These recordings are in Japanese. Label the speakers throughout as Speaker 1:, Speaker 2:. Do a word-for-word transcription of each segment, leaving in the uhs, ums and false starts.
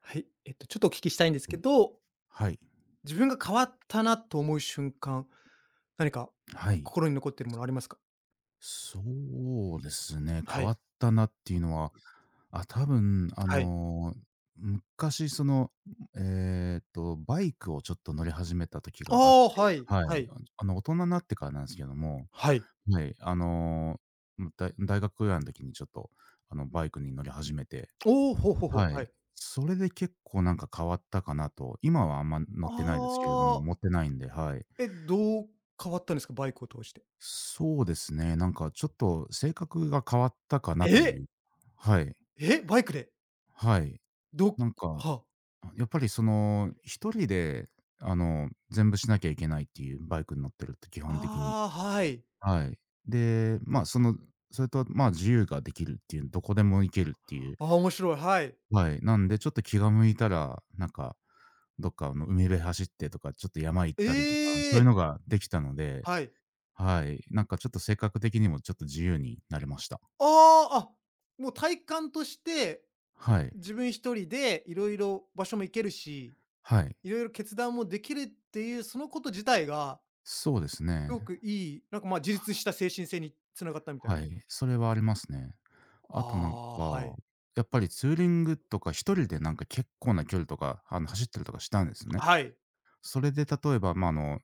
Speaker 1: はい、えっと、ちょっとお聞きしたいんですけど、
Speaker 2: はい。
Speaker 1: 自分が変わったなと思う瞬間、何か
Speaker 2: はい。
Speaker 1: 心に残ってるものありますか？
Speaker 2: そうですね、変
Speaker 1: は
Speaker 2: わ
Speaker 1: い、
Speaker 2: ったなっていうのは、あ、多分あ
Speaker 1: はい。
Speaker 2: の、昔その、えっと、バイクをちょっと乗り始めた時
Speaker 1: あ
Speaker 2: があって、
Speaker 1: あ、はい。
Speaker 2: は
Speaker 1: は
Speaker 2: い。
Speaker 1: い、
Speaker 2: あの、大人になってからなんですけども、
Speaker 1: はい。
Speaker 2: はい、あの、だ大学ぐらいの時にちょっと、あの、バイクに乗り始めて、
Speaker 1: おお、ほうほうほう。
Speaker 2: は
Speaker 1: は
Speaker 2: い。
Speaker 1: い。
Speaker 2: それで結構なんか変わったかなと、今はあんま乗
Speaker 1: あ
Speaker 2: ってないですけれども、
Speaker 1: あ、
Speaker 2: 持ってないんで、はい。
Speaker 1: え、どう変わったんですか？バイクを通して。
Speaker 2: そうですね。なんかちょっと性格が変わったかなとい
Speaker 1: え！
Speaker 2: う。はい。
Speaker 1: え、バイクで？
Speaker 2: はい。
Speaker 1: ど
Speaker 2: なんか、
Speaker 1: はあ。
Speaker 2: やっぱりその、一人で、あの、全部しなきゃいけないっていう、バイクに乗ってると基本的に。
Speaker 1: ああ、はい。
Speaker 2: はい。で、ま、あその、それと、ま、あ自由ができるっていう、どこでも行けるっていう。
Speaker 1: ああ、面白い、はい。
Speaker 2: はい。なんでちょっと気が向いたら、なんか、どっかあの海辺走ってとか、ちょっと山行ったりとか、そ
Speaker 1: え
Speaker 2: ういう
Speaker 1: え！
Speaker 2: のができたので、
Speaker 1: はい。
Speaker 2: はい。なんかちょっと性格的にもちょっと自由になれました。
Speaker 1: ああ、あ、もう体感として、
Speaker 2: はい。
Speaker 1: 自分一人でいろいろ場所も行けるし
Speaker 2: はい。
Speaker 1: いろいろ決断もできるっていう、そのこと自体が、
Speaker 2: そうです
Speaker 1: す
Speaker 2: ね。
Speaker 1: ごくいい、なんか、ま、自立した精神性に繋がったみたい
Speaker 2: は
Speaker 1: な。
Speaker 2: い。それはありますね。
Speaker 1: あ
Speaker 2: あとなん
Speaker 1: あ、は
Speaker 2: か、
Speaker 1: い。
Speaker 2: やっぱりツーリングとか一人でなんか結構な距離とか、あの、走ったりとかしたんですね。
Speaker 1: はい。
Speaker 2: それで例えば、ま、ああの、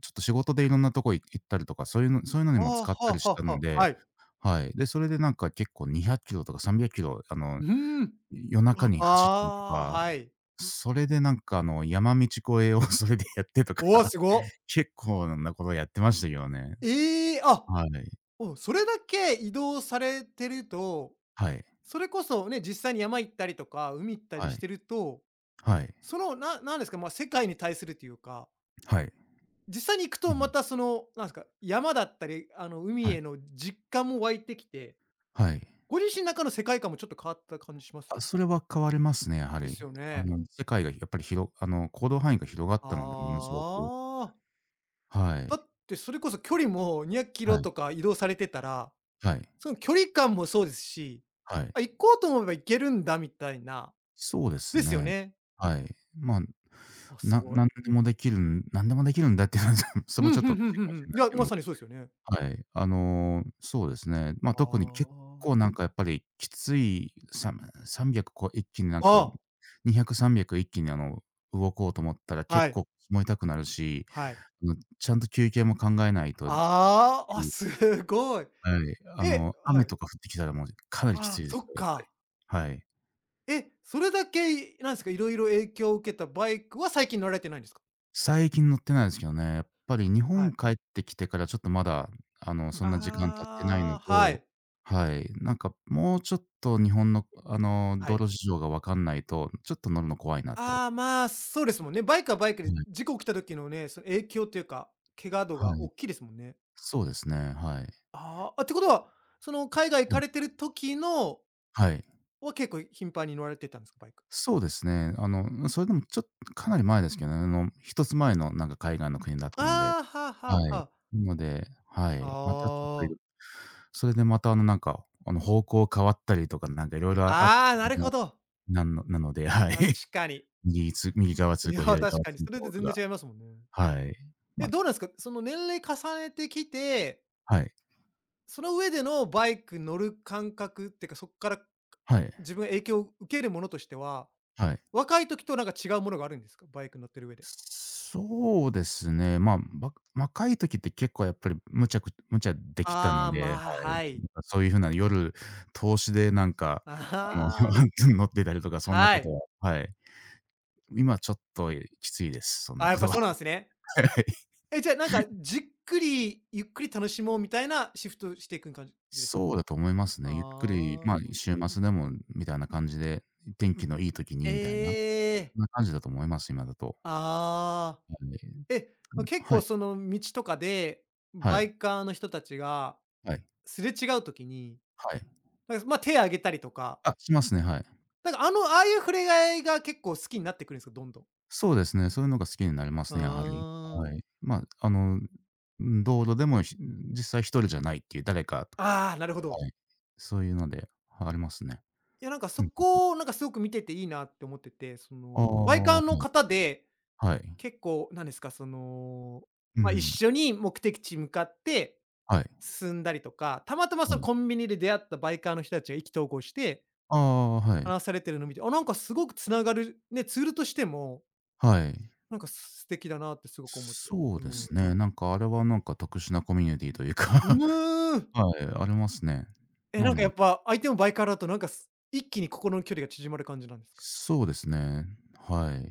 Speaker 2: ちょっと仕事でいろんなとこ行行ったりとか、そういうのそういうのに
Speaker 1: あ
Speaker 2: も
Speaker 1: あ、
Speaker 2: 使った
Speaker 1: は
Speaker 2: り
Speaker 1: あ
Speaker 2: した
Speaker 1: はあ
Speaker 2: の
Speaker 1: はあ、
Speaker 2: で、
Speaker 1: はい。
Speaker 2: はい。で、それでなんか結構にひゃっキロとかさんびゃっキロ、あの、
Speaker 1: うーん。
Speaker 2: 夜中
Speaker 1: あ
Speaker 2: に走ったりと
Speaker 1: あ、
Speaker 2: か、
Speaker 1: はい。
Speaker 2: それでなんかあの、山道越えを それでやってと
Speaker 1: おお、
Speaker 2: か、
Speaker 1: すご。
Speaker 2: 結構なことやってましたけどね。
Speaker 1: ええ、あ、
Speaker 2: はい。
Speaker 1: お、それだけ移動されてると、
Speaker 2: はい。
Speaker 1: それこそね、実際に山行ったりとか、海行ったり
Speaker 2: は
Speaker 1: し
Speaker 2: い。
Speaker 1: てると、
Speaker 2: はい。
Speaker 1: その、ななんですか、ま、世界に対するというか
Speaker 2: はい。
Speaker 1: 実際に行く
Speaker 2: う
Speaker 1: とま
Speaker 2: ん。
Speaker 1: たその、なんですか、山だったり、あの、海
Speaker 2: は
Speaker 1: へ
Speaker 2: い。
Speaker 1: の実感も湧いてきて、
Speaker 2: はい。
Speaker 1: ご自身の中の世界観もちょっと変わった感じします？
Speaker 2: あ、それは変わりますね、やは
Speaker 1: で
Speaker 2: り。
Speaker 1: すよ
Speaker 2: あ
Speaker 1: ね。
Speaker 2: の、世界がやっぱりひろあの、行動範囲が広がったので、ものすごく。
Speaker 1: ああ。
Speaker 2: は
Speaker 1: だ
Speaker 2: い。
Speaker 1: ってそれこそ距離も200キ
Speaker 2: は
Speaker 1: ロ
Speaker 2: い。
Speaker 1: とか移動されてたら、
Speaker 2: はい。
Speaker 1: その距離感もそうですし、
Speaker 2: はい。
Speaker 1: あ、行こうと思えば行けるんだみたいな、
Speaker 2: そうです
Speaker 1: ですよ
Speaker 2: ね。
Speaker 1: ね。
Speaker 2: はい。まあ、
Speaker 1: あ、す
Speaker 2: な
Speaker 1: ごい。
Speaker 2: なんでもできるんなんでもできるんだっていうのは、そ
Speaker 1: う
Speaker 2: れもち
Speaker 1: ん、
Speaker 2: ょっ
Speaker 1: ふ
Speaker 2: とお
Speaker 1: んふ
Speaker 2: かし
Speaker 1: んふん
Speaker 2: い
Speaker 1: ふ
Speaker 2: かもしれ
Speaker 1: ん。い
Speaker 2: ないです
Speaker 1: や、
Speaker 2: け
Speaker 1: ま
Speaker 2: ど。
Speaker 1: さにそうですよね。
Speaker 2: はい。あの、そうですね。ま、あ
Speaker 1: あ
Speaker 2: 特に結構
Speaker 1: あ。
Speaker 2: なんかやっぱりきつい、さむ300こう一気になんか、
Speaker 1: あ
Speaker 2: にひゃく、さんびゃく一気にあの、動こうと思ったら
Speaker 1: あ、は
Speaker 2: 結
Speaker 1: い、
Speaker 2: 構肝痛くなるし、
Speaker 1: はい。
Speaker 2: あのちゃんと休憩も考えないと。
Speaker 1: ああ、あ、すごい。
Speaker 2: はい。あ
Speaker 1: え、
Speaker 2: の、
Speaker 1: は
Speaker 2: 雨
Speaker 1: い。
Speaker 2: とか降ってきたらもうかなりきつ
Speaker 1: あ
Speaker 2: い
Speaker 1: あ、
Speaker 2: で
Speaker 1: そ
Speaker 2: す
Speaker 1: っ
Speaker 2: よ、やっぱり。
Speaker 1: か。
Speaker 2: はい。
Speaker 1: え、それだけなんですか、いろいろ影響を受けたバイクは最近乗られてないんですか？
Speaker 2: 最近乗ってないですけどね。やっぱり日
Speaker 1: は
Speaker 2: 本
Speaker 1: い。
Speaker 2: 帰ってきてからちょっとまだ、あの、そんな時間経ってないの
Speaker 1: ああ、は
Speaker 2: と、
Speaker 1: い。
Speaker 2: はい、なんかもうちょっと日本の、あの、
Speaker 1: は
Speaker 2: 道
Speaker 1: い。
Speaker 2: 路事情がわかんないと、ちょっと乗るの怖いなと。
Speaker 1: ああ、まあ、そうですもんね。バイクはバイク
Speaker 2: は
Speaker 1: で
Speaker 2: い。
Speaker 1: 事故起きた時のね、その影響というか、怪我度
Speaker 2: は
Speaker 1: が
Speaker 2: い。
Speaker 1: 大きいですもんね。
Speaker 2: そうですね、はい。
Speaker 1: ああ、あ、ってことは、その海外行
Speaker 2: うん、
Speaker 1: かれてる時の
Speaker 2: はい。
Speaker 1: は結構頻繁に乗られてたんですか？バイク。
Speaker 2: そうですね。あの、それでもちょっとかなり前ですけどね、あの、一つ前のなんか海外の国だったので。
Speaker 1: ああ、はあはあは
Speaker 2: はい。
Speaker 1: あ。
Speaker 2: なので、はい、またちょっとい
Speaker 1: あ
Speaker 2: ろ
Speaker 1: あ。
Speaker 2: それでまたあのなんか、あの方向変わったりとかなんかいろいろあ
Speaker 1: ああ、なるほ
Speaker 2: の、
Speaker 1: ど。
Speaker 2: なんのなので、はい。
Speaker 1: 確かに。
Speaker 2: 右つ右側通
Speaker 1: いや、
Speaker 2: 行、左
Speaker 1: 確
Speaker 2: 側
Speaker 1: か
Speaker 2: 通
Speaker 1: にそれで
Speaker 2: 行と
Speaker 1: 全
Speaker 2: か、
Speaker 1: 然違いますもんね。
Speaker 2: はい。
Speaker 1: え、
Speaker 2: ま、
Speaker 1: どうなんですか？その年齢重ねてきて、
Speaker 2: はい、
Speaker 1: その上でのバイク乗る感覚っていうか、そっから、
Speaker 2: はい、
Speaker 1: 自分が影響を受けるものとしては、
Speaker 2: はい。
Speaker 1: 若い時となんか違うものがあるんですか？バイク乗ってる上で。
Speaker 2: そうですね、まあ、わ若い時って結構やっぱり無茶く無茶できた
Speaker 1: あ
Speaker 2: の
Speaker 1: あ、
Speaker 2: で、は
Speaker 1: まあ、
Speaker 2: い。な
Speaker 1: はい。
Speaker 2: んかそういう風な夜、投資でなんか、あの、
Speaker 1: ああ、
Speaker 2: 乗ってたりとかそんな
Speaker 1: は
Speaker 2: こと
Speaker 1: い。
Speaker 2: は、はい。今ちょっときついです、そんな
Speaker 1: あ、や
Speaker 2: こ
Speaker 1: っ
Speaker 2: と
Speaker 1: ぱ
Speaker 2: は。
Speaker 1: そうなんですね。
Speaker 2: はい。
Speaker 1: え、じゃあなんか、じっくり、ゆっくり楽しもうみたいなシフトしていく感じですか？
Speaker 2: そうだと思いますね。ゆっくり、
Speaker 1: あ
Speaker 2: まあ、
Speaker 1: あ。
Speaker 2: 週末でもみたいな感じで、天気のいい時に
Speaker 1: え
Speaker 2: みたいな、
Speaker 1: え。
Speaker 2: そんな感じだと思います、今だと。
Speaker 1: ああ。え、ま結
Speaker 2: は
Speaker 1: 構
Speaker 2: い、
Speaker 1: その道とかで、
Speaker 2: は
Speaker 1: バ
Speaker 2: い、
Speaker 1: イカーの人たちが
Speaker 2: はい、
Speaker 1: すれ違う時に、
Speaker 2: はい。
Speaker 1: なんか、まあ、手あげたりとか、
Speaker 2: あ、しますね、はい。
Speaker 1: なんか、あの、ああいう触れ合いが結構好きになってくるんですか？どんどん。
Speaker 2: そうですね、そういうのが好きになりますね、やはり。
Speaker 1: あ
Speaker 2: は
Speaker 1: あ。
Speaker 2: い。まあ、あの、ん、道路でも、ひ実際一人じゃないっていう、誰か、
Speaker 1: ああ、なるほど。
Speaker 2: はい、そういうので、ありますね。
Speaker 1: いや、なんか、
Speaker 2: う
Speaker 1: そ
Speaker 2: んうん。
Speaker 1: こを、なんか、すごく見てていいなって思ってて、そ
Speaker 2: あ
Speaker 1: の、バイ
Speaker 2: あ、
Speaker 1: カー
Speaker 2: は
Speaker 1: の
Speaker 2: い、
Speaker 1: 方で、
Speaker 2: はい。
Speaker 1: 結構、なんですか、その、
Speaker 2: うんう
Speaker 1: まあ、一
Speaker 2: ん、
Speaker 1: 緒に目的地向かって
Speaker 2: はい、
Speaker 1: 進んだりとか、たまたま、
Speaker 2: は
Speaker 1: その、
Speaker 2: い。
Speaker 1: コンビニで出会ったバイカーの人たちが意気投合して、
Speaker 2: ああ、はい、
Speaker 1: 話されてるのを見て、あ、なんか、すごくつながる、ね、ツールとしても、
Speaker 2: はい。
Speaker 1: なんか、素敵だなってすごく思って。
Speaker 2: そう
Speaker 1: う
Speaker 2: で
Speaker 1: ん。
Speaker 2: すね。なんかあれはなんか特殊なコミュニティというか
Speaker 1: う ーん
Speaker 2: はい、ありますね。
Speaker 1: え、
Speaker 2: な
Speaker 1: なん
Speaker 2: ん
Speaker 1: か
Speaker 2: で、
Speaker 1: やっぱ、相手もバイカーだとなんかす一気に心の距離が縮まる感じなんですか？
Speaker 2: そうですね、はい。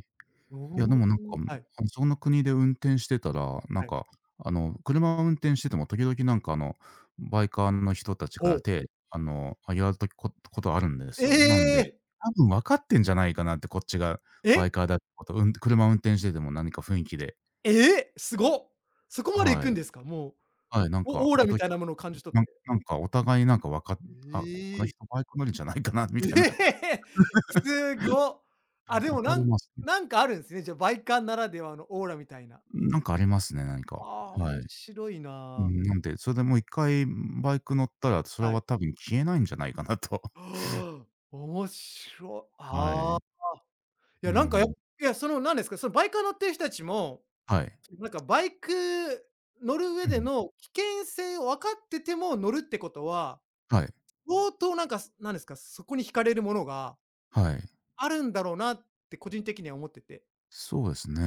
Speaker 1: お
Speaker 2: いやで
Speaker 1: お。
Speaker 2: もなんか、
Speaker 1: はい、
Speaker 2: あの、そんな国で運転してたら、なん
Speaker 1: はい。
Speaker 2: かあの、車を運転してても時々なんかあの、バイカーの人たちか
Speaker 1: ほ
Speaker 2: ら
Speaker 1: う。
Speaker 2: 手、あの、あげられたこことあるんで
Speaker 1: え
Speaker 2: すよ。なんで、
Speaker 1: え！
Speaker 2: 多分分かってんじゃないかなって、こっちがバ
Speaker 1: え、
Speaker 2: イカーだってこと、うん車運転してても何か雰囲気で、
Speaker 1: ええ！すご。そこまで行
Speaker 2: は
Speaker 1: くん
Speaker 2: い。
Speaker 1: ですか？もう、
Speaker 2: はい、なんか
Speaker 1: オオー
Speaker 2: 行
Speaker 1: ラ
Speaker 2: く
Speaker 1: みたい
Speaker 2: 時は
Speaker 1: な
Speaker 2: あ
Speaker 1: もの
Speaker 2: り
Speaker 1: を
Speaker 2: ます
Speaker 1: 感
Speaker 2: ね、
Speaker 1: じ取っ
Speaker 2: なん
Speaker 1: て。
Speaker 2: なんかお互いなんかわかあ、この
Speaker 1: ええ。
Speaker 2: 人バイク乗りじゃないかなみ
Speaker 1: え
Speaker 2: たいな、
Speaker 1: え！すご。あ、で
Speaker 2: わ
Speaker 1: も
Speaker 2: か
Speaker 1: な
Speaker 2: り
Speaker 1: ん
Speaker 2: ますね、
Speaker 1: なんかあるんすね、じゃ、バイカーならではのオーラみたいな。
Speaker 2: なんかありますね、何か。
Speaker 1: ああ、
Speaker 2: は
Speaker 1: 面
Speaker 2: い。
Speaker 1: 白い
Speaker 2: う
Speaker 1: な。
Speaker 2: ん、なんで、それでもう一回バイク乗ったら、それ
Speaker 1: は
Speaker 2: は
Speaker 1: い。
Speaker 2: 多分消えないんじゃないかなと。
Speaker 1: 面白。
Speaker 2: は
Speaker 1: あ
Speaker 2: い。
Speaker 1: あ。い
Speaker 2: う
Speaker 1: や、なんか、やい
Speaker 2: ん。
Speaker 1: や、その、なんですか、そのバイカー乗ってる人たちも、
Speaker 2: はい。
Speaker 1: なんかバイク乗る上
Speaker 2: う
Speaker 1: で
Speaker 2: ん。
Speaker 1: の危険性を分かってても乗るってことは、
Speaker 2: はい。
Speaker 1: 相当なんか、すなんですか、そこに惹かれるものが
Speaker 2: はい。
Speaker 1: あるんだろうなって個人的には思ってて。
Speaker 2: そうですね。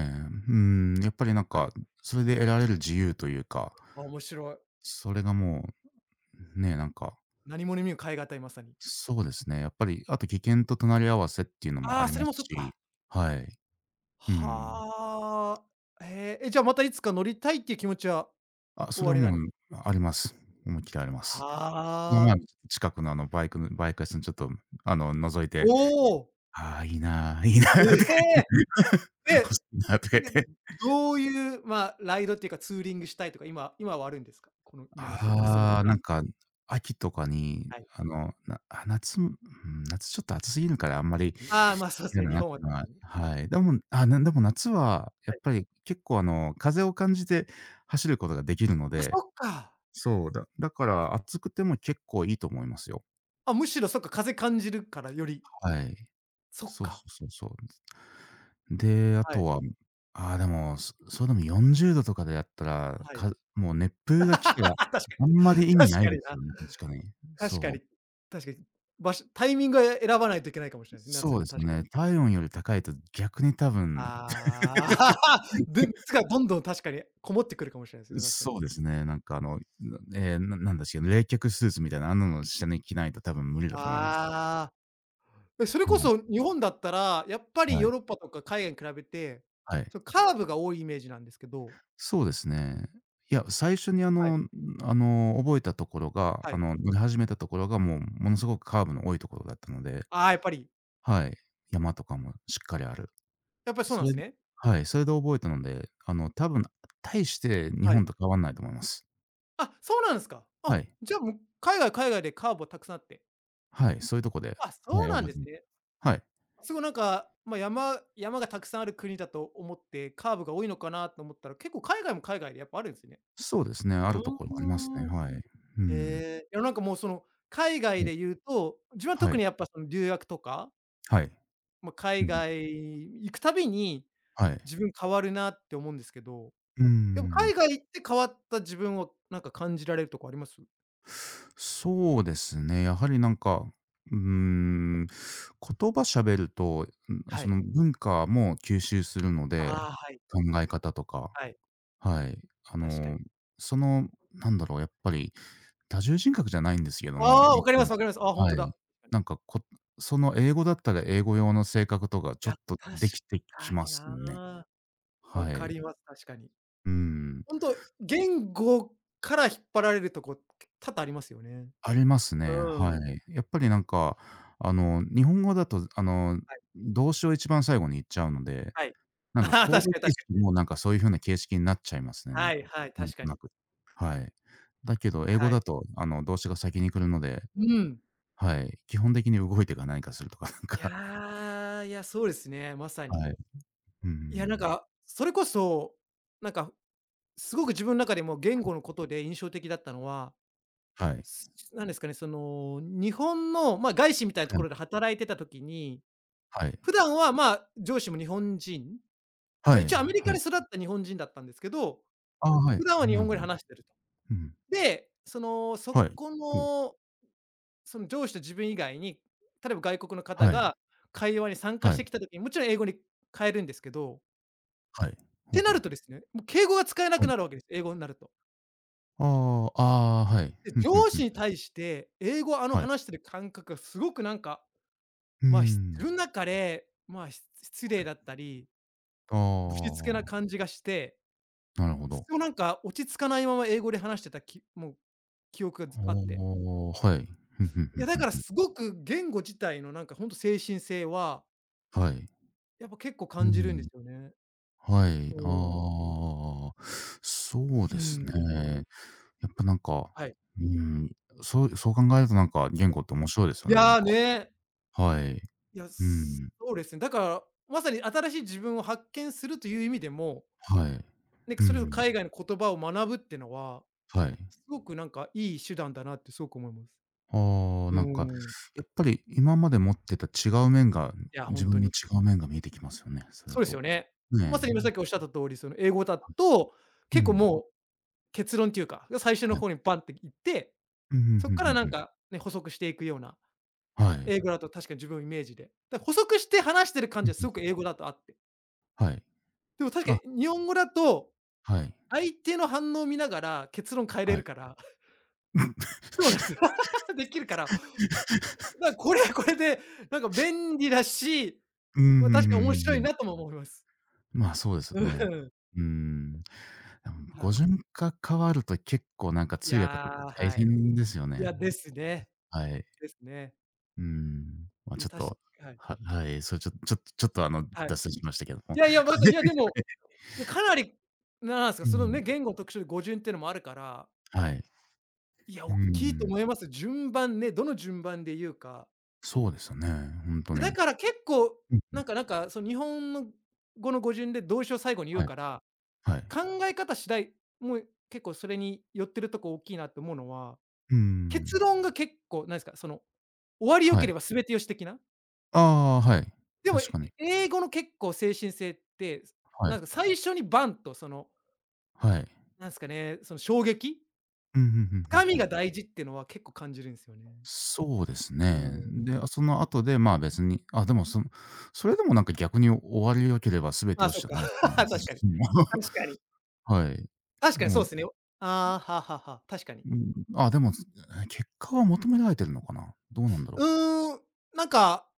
Speaker 2: うん、やっぱりなん
Speaker 1: はい。
Speaker 2: か、それで得られる自由というか、
Speaker 1: あ、面白い。
Speaker 2: それがもう、ね、なんか、
Speaker 1: 何もに見ぬえいたい、まさに。
Speaker 2: そうですね、やっぱり、あと危険と隣り合わせっていうのも
Speaker 1: あ
Speaker 2: あ
Speaker 1: あ、
Speaker 2: り
Speaker 1: そ
Speaker 2: ま
Speaker 1: れ
Speaker 2: す
Speaker 1: もそっか。
Speaker 2: し、はい。うん。
Speaker 1: はあ。ええ、え、じゃあ、またいつか乗りたいっていう気持ちは
Speaker 2: あ、そ
Speaker 1: お
Speaker 2: れ
Speaker 1: あ
Speaker 2: は
Speaker 1: りなん
Speaker 2: も
Speaker 1: です
Speaker 2: うあります。思いっきりあります。この
Speaker 1: は
Speaker 2: 前も
Speaker 1: あ。
Speaker 2: 近くのあのバイクの、バイク屋さんちょっとあの、覗い
Speaker 1: お
Speaker 2: て、
Speaker 1: お、
Speaker 2: ああ、いいな、いいなと
Speaker 1: え
Speaker 2: か言って、
Speaker 1: え、え！
Speaker 2: 欲しいなとか言っ
Speaker 1: え、
Speaker 2: て。
Speaker 1: どういう、まあ、ライドっていうか、ツーリングしたいとか、今今はあるんですか？この今の理想のプ
Speaker 2: ああ、
Speaker 1: ラン。
Speaker 2: なんか秋とかに、
Speaker 1: はい。
Speaker 2: あの、なあ、夏も、うん、夏ちょっと暑すぎるからあんまり
Speaker 1: ああ、まあ、そうです
Speaker 2: 嫌
Speaker 1: ね、
Speaker 2: だ
Speaker 1: 日
Speaker 2: なって
Speaker 1: 本は
Speaker 2: いう
Speaker 1: 確
Speaker 2: のは、
Speaker 1: かに。
Speaker 2: はい。でも、あ、なんでも夏はや
Speaker 1: は
Speaker 2: っ
Speaker 1: い。
Speaker 2: ぱり結構あの、風を感じて走ることができるの
Speaker 1: あ、そ
Speaker 2: で、
Speaker 1: っか。
Speaker 2: そう、だだから暑くても結構いいと思いますよ。
Speaker 1: あ、むしろそっか、風感じるから、より。
Speaker 2: はい。
Speaker 1: そっ
Speaker 2: そうそ
Speaker 1: か。
Speaker 2: うそうそう。で、あ
Speaker 1: は
Speaker 2: と
Speaker 1: い、
Speaker 2: は、ああ、でも、そそれでもよんじゅうどとかでやったら、
Speaker 1: はい。
Speaker 2: かもう熱風が来て、
Speaker 1: 確か
Speaker 2: あんま
Speaker 1: に。
Speaker 2: り意味
Speaker 1: 確
Speaker 2: ない
Speaker 1: か
Speaker 2: で
Speaker 1: に
Speaker 2: す
Speaker 1: な。
Speaker 2: よね、確かに。そ
Speaker 1: 確か
Speaker 2: う。
Speaker 1: に。確かに。場所タイミングは選ばないといけないかもしれないですね、
Speaker 2: そ
Speaker 1: 夏
Speaker 2: うで
Speaker 1: で、
Speaker 2: す
Speaker 1: 確かに。
Speaker 2: ね。体温より高いと逆に多分、
Speaker 1: ああ、で、熱がどんどん確かにこもってくるかもしれないですね、確かに。
Speaker 2: そうですね、なんかあの、ええ、ななんだっけ、冷却スーツみたいな、あんなの下に着ないと多分無理だ
Speaker 1: あ
Speaker 2: と思います。
Speaker 1: あ。え、それ
Speaker 2: は
Speaker 1: こ
Speaker 2: い。
Speaker 1: そ日本だったら、やっぱり
Speaker 2: は
Speaker 1: ヨー
Speaker 2: い。
Speaker 1: ロッパとか海外に比べて、
Speaker 2: はい。
Speaker 1: そ、カーブが多いイメージなんですけど、
Speaker 2: そうですね。いや、最初にあ
Speaker 1: はい、
Speaker 2: の、あの、覚えたところが、
Speaker 1: は
Speaker 2: あ
Speaker 1: い。
Speaker 2: の、乗り始めたところが、もう、ものすごくカーブの多いところだったので、
Speaker 1: ああ、やっぱり
Speaker 2: はい、山とかもしっかりある。
Speaker 1: やっぱりそう
Speaker 2: そ
Speaker 1: なん
Speaker 2: れ、
Speaker 1: すね。
Speaker 2: はい、それで覚えたので、あの、多分、大して日
Speaker 1: はい。
Speaker 2: 本と変わんないと思います。
Speaker 1: あ、そうなんすか。
Speaker 2: は
Speaker 1: あ、
Speaker 2: い。
Speaker 1: じゃあ、もう、海外海外でカーブはたくさんあって。
Speaker 2: はい、そういうとこで、
Speaker 1: あ、
Speaker 2: は
Speaker 1: そ
Speaker 2: い、
Speaker 1: うなん
Speaker 2: 覚え
Speaker 1: で
Speaker 2: て
Speaker 1: す
Speaker 2: みて、
Speaker 1: ね。
Speaker 2: はい。
Speaker 1: すごいなんか、ま、山山がたくさんある国だと思って、カーブが多いのかなと思ったら、結構海外も海外でやっぱあるんすね。
Speaker 2: そうですね、あ
Speaker 1: う
Speaker 2: るところありますね、
Speaker 1: ーん。
Speaker 2: はい。うん。
Speaker 1: ええ、いやなんかもうその、海
Speaker 2: は
Speaker 1: 外
Speaker 2: い。
Speaker 1: で言うと、自分は
Speaker 2: は
Speaker 1: 特
Speaker 2: い。
Speaker 1: にやっぱその留学とか
Speaker 2: はい。
Speaker 1: まあ、
Speaker 2: う
Speaker 1: 海
Speaker 2: ん。
Speaker 1: 外行くたびに、
Speaker 2: はい。
Speaker 1: 自分変わるなって思うんですけど、
Speaker 2: う
Speaker 1: でも
Speaker 2: ん。
Speaker 1: 海外行って変わった自分をなんか感じられるとこあります？
Speaker 2: そうですね、やはりなんか、うーん、言葉喋ると、ん、
Speaker 1: は
Speaker 2: そ
Speaker 1: い。
Speaker 2: の文化も吸収するので、
Speaker 1: ああ、はい、
Speaker 2: 考え方とか、
Speaker 1: はい。
Speaker 2: はい。あ
Speaker 1: 確か
Speaker 2: の、
Speaker 1: に。
Speaker 2: その、なんだろう、やっぱり多重人格じゃないんですけども、
Speaker 1: ああ、
Speaker 2: な
Speaker 1: わ
Speaker 2: ん
Speaker 1: かります
Speaker 2: か、
Speaker 1: わかります。ああ、ほん
Speaker 2: は
Speaker 1: と
Speaker 2: い。
Speaker 1: だ。
Speaker 2: なんか、こその英語だったら英語用の性格とか
Speaker 1: い
Speaker 2: ちょ
Speaker 1: や、
Speaker 2: っと
Speaker 1: 確
Speaker 2: できてき
Speaker 1: か
Speaker 2: ま
Speaker 1: に
Speaker 2: す
Speaker 1: な。
Speaker 2: ね。
Speaker 1: わ
Speaker 2: は
Speaker 1: か
Speaker 2: い。
Speaker 1: ります、確かに。
Speaker 2: うーん。
Speaker 1: ほんと、言語から引っ張られるとこ、多々ありますよね。
Speaker 2: ありますね、
Speaker 1: う
Speaker 2: は
Speaker 1: ん。
Speaker 2: い。やっぱりなんか、あの、日本語だと、あの、
Speaker 1: はい、
Speaker 2: 動詞を一番最後に言っちゃうので、
Speaker 1: はい。
Speaker 2: なんか
Speaker 1: ああ、
Speaker 2: コー
Speaker 1: 確
Speaker 2: ド
Speaker 1: かに確か
Speaker 2: 形
Speaker 1: に。
Speaker 2: 式もなんかそういう風な形式になっちゃいますね、なん
Speaker 1: は
Speaker 2: か、
Speaker 1: いはい、
Speaker 2: なん
Speaker 1: 確
Speaker 2: と
Speaker 1: か
Speaker 2: な
Speaker 1: に。
Speaker 2: く。はい。だけど英語
Speaker 1: はい。
Speaker 2: だと、あの、動詞が先に来るので、
Speaker 1: うん。
Speaker 2: はい、基本的に動いてか何かするとか なん
Speaker 1: い
Speaker 2: か、
Speaker 1: や、いや、そうですね、まさ
Speaker 2: は
Speaker 1: に。
Speaker 2: い。う
Speaker 1: いや、なん
Speaker 2: ん。
Speaker 1: か、それこそ、なんか、すごく自分の中でも言語のことで印象的だったのは、
Speaker 2: はい。
Speaker 1: すなんですかね、その、日本の、まあ、外資みたいなと
Speaker 2: は
Speaker 1: こ
Speaker 2: い。
Speaker 1: ろで働いてた時に、
Speaker 2: はい。
Speaker 1: 普段は、まあ、上司も日本人、ま
Speaker 2: は
Speaker 1: あ、一
Speaker 2: い。
Speaker 1: 応アメリカで育った日本人だったんですけど、
Speaker 2: ああ、は
Speaker 1: 普
Speaker 2: い、
Speaker 1: 段は日
Speaker 2: なる
Speaker 1: 本語
Speaker 2: ほ
Speaker 1: で
Speaker 2: ど。
Speaker 1: 話してると。
Speaker 2: うん。
Speaker 1: で、その、そ
Speaker 2: はい。
Speaker 1: こ
Speaker 2: ほう。
Speaker 1: の、その上司と自分以外に、例えば外国の方
Speaker 2: はい。
Speaker 1: が会話に参加
Speaker 2: は
Speaker 1: して
Speaker 2: い。
Speaker 1: きた時に、もちろん英語に変えるんですけど、
Speaker 2: はい。
Speaker 1: っ
Speaker 2: ほう
Speaker 1: て
Speaker 2: ほ
Speaker 1: な
Speaker 2: う。
Speaker 1: るとですね、もう敬語が使えな
Speaker 2: は
Speaker 1: く
Speaker 2: い。
Speaker 1: なるわけです、英語になると。
Speaker 2: ああ、ああ、はい。
Speaker 1: で、
Speaker 2: ふんふん
Speaker 1: 上
Speaker 2: ふ
Speaker 1: 司に
Speaker 2: ん。
Speaker 1: 対して英語をあの
Speaker 2: はい。
Speaker 1: 話してる感覚がすごくなんか、
Speaker 2: うー
Speaker 1: まあ、し自
Speaker 2: ん。
Speaker 1: 分の中で、まあ、し失
Speaker 2: は
Speaker 1: 礼
Speaker 2: い。
Speaker 1: だったり、
Speaker 2: あ
Speaker 1: ぶしつけな
Speaker 2: あ、
Speaker 1: 感じがして、
Speaker 2: なるほ
Speaker 1: そ
Speaker 2: ど。
Speaker 1: れをなんか落ち着かないまま英語で話してたきもう記憶が
Speaker 2: ああ、
Speaker 1: ずあって。
Speaker 2: はい。ふんふんふ
Speaker 1: い
Speaker 2: ん
Speaker 1: やだ
Speaker 2: ふん
Speaker 1: から
Speaker 2: ふん。
Speaker 1: すごく言語自体のなんかほんと精神性は、
Speaker 2: はい。
Speaker 1: やっぱ結構
Speaker 2: う
Speaker 1: 感じるんで
Speaker 2: ん。
Speaker 1: すよね。
Speaker 2: はい。
Speaker 1: うん。
Speaker 2: ああ、そうで
Speaker 1: う
Speaker 2: す
Speaker 1: ん。
Speaker 2: ね。やっぱなんか、
Speaker 1: はい、
Speaker 2: うーん、そうそう考えるとなんか、言
Speaker 1: はい。
Speaker 2: 語って面白いですよ
Speaker 1: い
Speaker 2: ね、なん
Speaker 1: や
Speaker 2: か。
Speaker 1: ね。
Speaker 2: はい。
Speaker 1: いや、
Speaker 2: う
Speaker 1: そ
Speaker 2: ん。
Speaker 1: うですね。だから、まさに新しい自分を発見するという意味でも
Speaker 2: はい。
Speaker 1: で、
Speaker 2: う
Speaker 1: それを
Speaker 2: ん。
Speaker 1: 海外の言葉を学ぶってのは、
Speaker 2: はい。
Speaker 1: すごくなんかいい手段だなってすごく思います。
Speaker 2: はあ、
Speaker 1: うー
Speaker 2: なんか、
Speaker 1: ん。
Speaker 2: やっぱり今まで持ってた違う面が、
Speaker 1: いや、ほ
Speaker 2: 自
Speaker 1: んと
Speaker 2: 分の
Speaker 1: に。
Speaker 2: 違う面が見えてきますよね、それだ
Speaker 1: そうです
Speaker 2: と。
Speaker 1: よね。ま
Speaker 2: ね
Speaker 1: さに今さっきおっしゃった通り、その英語だと、
Speaker 2: え。う
Speaker 1: 結構
Speaker 2: ん。
Speaker 1: もう結論っていうか、最初
Speaker 2: は
Speaker 1: の
Speaker 2: い。
Speaker 1: 方にバンっていって、
Speaker 2: うん、ふん
Speaker 1: そ
Speaker 2: ふ
Speaker 1: っ
Speaker 2: ん
Speaker 1: か
Speaker 2: ふ
Speaker 1: ら
Speaker 2: ん
Speaker 1: な
Speaker 2: ふ
Speaker 1: ん
Speaker 2: ん。
Speaker 1: かね、補足していくような、
Speaker 2: はい。
Speaker 1: 英語だと確かに自分のイメージで。だ補足して話してる感
Speaker 2: う
Speaker 1: じ
Speaker 2: ん、
Speaker 1: は
Speaker 2: ふ
Speaker 1: す
Speaker 2: ん。
Speaker 1: ごく英語だとあって。
Speaker 2: はい。
Speaker 1: でも
Speaker 2: あ、
Speaker 1: 確かに日本語だと、
Speaker 2: はい。
Speaker 1: 相手の反応を見ながら結論変えれ
Speaker 2: はい。
Speaker 1: るから、そうなんですよ。できるから、 ま、これはこれで、なんか便利だし、
Speaker 2: うん、
Speaker 1: ま、
Speaker 2: ふん
Speaker 1: 確
Speaker 2: ふ
Speaker 1: かに面
Speaker 2: んふ
Speaker 1: 白
Speaker 2: ん
Speaker 1: い
Speaker 2: ふん。
Speaker 1: なとも思います。
Speaker 2: まあ、そうですよ
Speaker 1: う
Speaker 2: ね。
Speaker 1: ん。
Speaker 2: うーん。でも
Speaker 1: は
Speaker 2: 語
Speaker 1: い。
Speaker 2: 順が変わると結構なんか
Speaker 1: い
Speaker 2: 通
Speaker 1: や、
Speaker 2: 訳とか大
Speaker 1: はい。
Speaker 2: 変ですよ
Speaker 1: い
Speaker 2: ね。
Speaker 1: や、ですね。
Speaker 2: はい。
Speaker 1: ですね。
Speaker 2: うん。まあ、
Speaker 1: い
Speaker 2: ちょ
Speaker 1: や、
Speaker 2: っ
Speaker 1: たし、
Speaker 2: と、
Speaker 1: はい。
Speaker 2: ははい、それちょちょっとちょっとあの、
Speaker 1: はい。
Speaker 2: 脱線しましたけど
Speaker 1: い
Speaker 2: も。
Speaker 1: やいや、まず、いや、で も、ねかなり、なんすか、
Speaker 2: う
Speaker 1: その
Speaker 2: ん。
Speaker 1: ね、言語の特徴で語順っていうのもあるから、
Speaker 2: はい。
Speaker 1: いや、
Speaker 2: うー
Speaker 1: おっきいと
Speaker 2: ん、
Speaker 1: 思います。順番ね、どの順番で言うか。
Speaker 2: そうですよね、ほんと
Speaker 1: いや、だ
Speaker 2: に。
Speaker 1: から結構、
Speaker 2: うんう
Speaker 1: なん
Speaker 2: ん、
Speaker 1: かなんか、その日本の語の語順で動詞を最後に言
Speaker 2: は
Speaker 1: う
Speaker 2: い、
Speaker 1: から、
Speaker 2: はい。
Speaker 1: 考え方次第、もう結構それに寄ってるとこ大きいなって思うのは、
Speaker 2: うー
Speaker 1: 結
Speaker 2: ん、
Speaker 1: 論が結構なんですか、その、終わり良
Speaker 2: は
Speaker 1: け
Speaker 2: い。
Speaker 1: れば全て良し的な。
Speaker 2: ああ、はい、
Speaker 1: でも、
Speaker 2: 確
Speaker 1: え
Speaker 2: かに。
Speaker 1: 英語の結構精神性って、
Speaker 2: はい、
Speaker 1: なんか最初にバンとその、
Speaker 2: はい。
Speaker 1: なんですかね、その衝撃、
Speaker 2: うん、ふんふんふん
Speaker 1: 深
Speaker 2: ふ
Speaker 1: みが
Speaker 2: ん。
Speaker 1: 大事っていうのは結構感じるんですよね。
Speaker 2: そうです
Speaker 1: う
Speaker 2: ね。
Speaker 1: ん。
Speaker 2: で、あその後で、まあ、別に、あ、でも、そのそれでもなんか逆に終わり良ければ全て
Speaker 1: ああ、
Speaker 2: 良し
Speaker 1: そっ
Speaker 2: じゃ
Speaker 1: か。
Speaker 2: ないですかね、
Speaker 1: 確かに。
Speaker 2: 私自身は。
Speaker 1: 確かに。
Speaker 2: はい。
Speaker 1: 確かにそう
Speaker 2: もう、
Speaker 1: っすね。ああ、ははは確かに。
Speaker 2: うん、あ、でも、え、結果は求められてるのかな？どうなんだ
Speaker 1: う
Speaker 2: ろ
Speaker 1: ーん、なんか、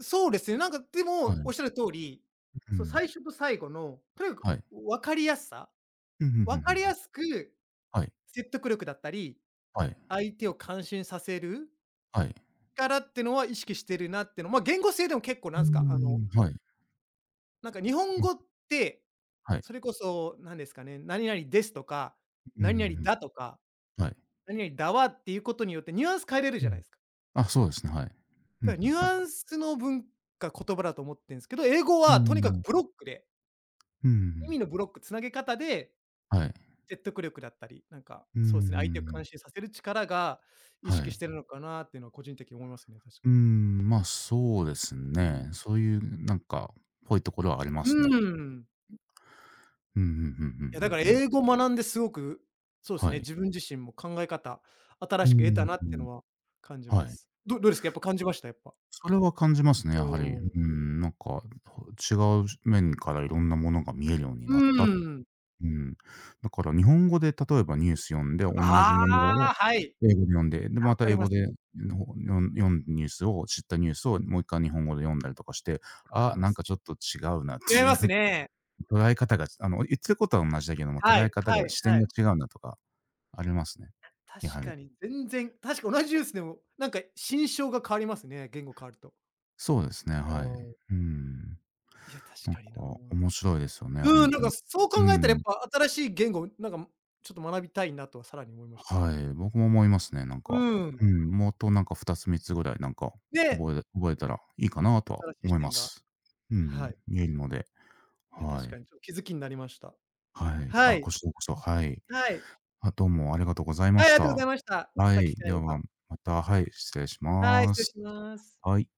Speaker 1: そうですね、なんかで
Speaker 2: う。は
Speaker 1: も、おっ
Speaker 2: い、
Speaker 1: しゃる通り、
Speaker 2: う
Speaker 1: そう、
Speaker 2: ん、
Speaker 1: 最初と最後の、とにかく
Speaker 2: はい。
Speaker 1: 分かりやすさ、
Speaker 2: うん、ふんふ
Speaker 1: 分
Speaker 2: んふ
Speaker 1: か
Speaker 2: ん
Speaker 1: り
Speaker 2: ふ
Speaker 1: や
Speaker 2: ん。
Speaker 1: すく
Speaker 2: はい、
Speaker 1: 説得力だったり、
Speaker 2: はい、
Speaker 1: 相手を感心させる
Speaker 2: はい。
Speaker 1: 力ってのは意識してるなってのまあ、言語性でも結構
Speaker 2: う
Speaker 1: な
Speaker 2: ー
Speaker 1: んすか、あの、
Speaker 2: ん、はい。うん。
Speaker 1: なんか日本語って、
Speaker 2: はい。
Speaker 1: それこそ何ですかね、何々ですとか、
Speaker 2: うんうん
Speaker 1: 何々だとか、
Speaker 2: うん。はい。
Speaker 1: 何々だわっていうことによってニュアンス変えれる
Speaker 2: う
Speaker 1: じゃない
Speaker 2: ん。
Speaker 1: ですか。
Speaker 2: あ、そうですね、はい。うんう
Speaker 1: だからニ
Speaker 2: ん
Speaker 1: ュ
Speaker 2: うん。
Speaker 1: アンスの文化、言葉だと思ってんすけど、英語
Speaker 2: う
Speaker 1: はとにかく
Speaker 2: ん。
Speaker 1: ブロックで、
Speaker 2: うんう
Speaker 1: 意
Speaker 2: ん。
Speaker 1: 味のブロック、つなげ方で
Speaker 2: はい。
Speaker 1: 説得力だったり、なんか、
Speaker 2: うんうん
Speaker 1: そうですね、相手を
Speaker 2: う
Speaker 1: 感
Speaker 2: ん。
Speaker 1: 心させる力が意
Speaker 2: は
Speaker 1: 識し
Speaker 2: い。
Speaker 1: てるのかなっていうのは個人的に思いますね、確か
Speaker 2: うー
Speaker 1: に。
Speaker 2: ん、まあ、そうです
Speaker 1: う
Speaker 2: ね。
Speaker 1: ん。
Speaker 2: そういうなんかぽいところはありま
Speaker 1: う
Speaker 2: すね。
Speaker 1: ーん。
Speaker 2: うん、うんうんうんう
Speaker 1: いや、だから
Speaker 2: んうん。
Speaker 1: 英語学んですごく、そうです
Speaker 2: は
Speaker 1: ね、
Speaker 2: い。
Speaker 1: 自分自身も考え方、新
Speaker 2: う
Speaker 1: しく得た
Speaker 2: ん、
Speaker 1: な
Speaker 2: う
Speaker 1: って
Speaker 2: ん。
Speaker 1: のは感じ
Speaker 2: は
Speaker 1: ま
Speaker 2: い。
Speaker 1: す。どどうですか？やっぱ感じました？やっぱ。
Speaker 2: それは感じますね、や
Speaker 1: う
Speaker 2: は
Speaker 1: ー
Speaker 2: り。
Speaker 1: ん。
Speaker 2: うん、なんか、ほ違う面からいろんなものが見えるように
Speaker 1: う
Speaker 2: なったっ
Speaker 1: ーん。
Speaker 2: うん。だから日本語で例えばニュース読んで、同じもの
Speaker 1: あ
Speaker 2: を
Speaker 1: あ、はい。
Speaker 2: 英語で読んで、で、
Speaker 1: あ、
Speaker 2: ま
Speaker 1: 分
Speaker 2: た
Speaker 1: か
Speaker 2: 英
Speaker 1: りま
Speaker 2: 語
Speaker 1: す
Speaker 2: でのよん読んニュースを知ったニュースをもう一回日本語で読んだりとかして、
Speaker 1: 分か
Speaker 2: あ、
Speaker 1: りま
Speaker 2: なん
Speaker 1: す。
Speaker 2: かちょっと違うなっ
Speaker 1: 違い
Speaker 2: ていう
Speaker 1: ま
Speaker 2: な
Speaker 1: す
Speaker 2: ん
Speaker 1: ね。
Speaker 2: 捉え方が、あの、言ってることは同じだけども、
Speaker 1: は
Speaker 2: 捉え
Speaker 1: い
Speaker 2: 方
Speaker 1: は
Speaker 2: が
Speaker 1: い
Speaker 2: 視
Speaker 1: は
Speaker 2: 点が
Speaker 1: い。
Speaker 2: 違うなとかありますね。
Speaker 1: 確
Speaker 2: やはり。
Speaker 1: かに全然、確か同じジュースでも、なんか心象が変わりますね、言語変わると。
Speaker 2: そうですね、
Speaker 1: あ
Speaker 2: はい。
Speaker 1: あ。
Speaker 2: うん。
Speaker 1: いや、確
Speaker 2: なんか
Speaker 1: かにな。
Speaker 2: 面白いですよね、ほ
Speaker 1: う
Speaker 2: ん
Speaker 1: ん、な
Speaker 2: と
Speaker 1: ん
Speaker 2: に。
Speaker 1: かそう考
Speaker 2: う
Speaker 1: えたらやっ
Speaker 2: ん。
Speaker 1: ぱ新しい言語、なんかちょっと学びたいなとはさらに思いました。
Speaker 2: はい、僕も思いますね、なん
Speaker 1: う
Speaker 2: か。
Speaker 1: ん。
Speaker 2: うん、もっとなんかふたつみっつぐらいなんか
Speaker 1: で、
Speaker 2: 覚え覚えたらいいかなとは
Speaker 1: 新しい
Speaker 2: 思
Speaker 1: 視
Speaker 2: いま
Speaker 1: 点が、
Speaker 2: す。う
Speaker 1: は
Speaker 2: ん、
Speaker 1: い。
Speaker 2: 言えるので、
Speaker 1: いや、
Speaker 2: は
Speaker 1: 確か
Speaker 2: い。
Speaker 1: にちょっと気づきになりました。
Speaker 2: はい。
Speaker 1: は
Speaker 2: あ、
Speaker 1: い、
Speaker 2: こちらこそ、はい。
Speaker 1: はい。
Speaker 2: あ、どうもありがとうございま
Speaker 1: はい、あ
Speaker 2: し
Speaker 1: りがとうご
Speaker 2: た。
Speaker 1: ざいました。ま
Speaker 2: は
Speaker 1: た
Speaker 2: い、
Speaker 1: 機会あ
Speaker 2: では、
Speaker 1: れ
Speaker 2: ま
Speaker 1: ば。
Speaker 2: また、はい、失礼し
Speaker 1: はい、
Speaker 2: ま
Speaker 1: 失礼
Speaker 2: す。
Speaker 1: します。
Speaker 2: はい。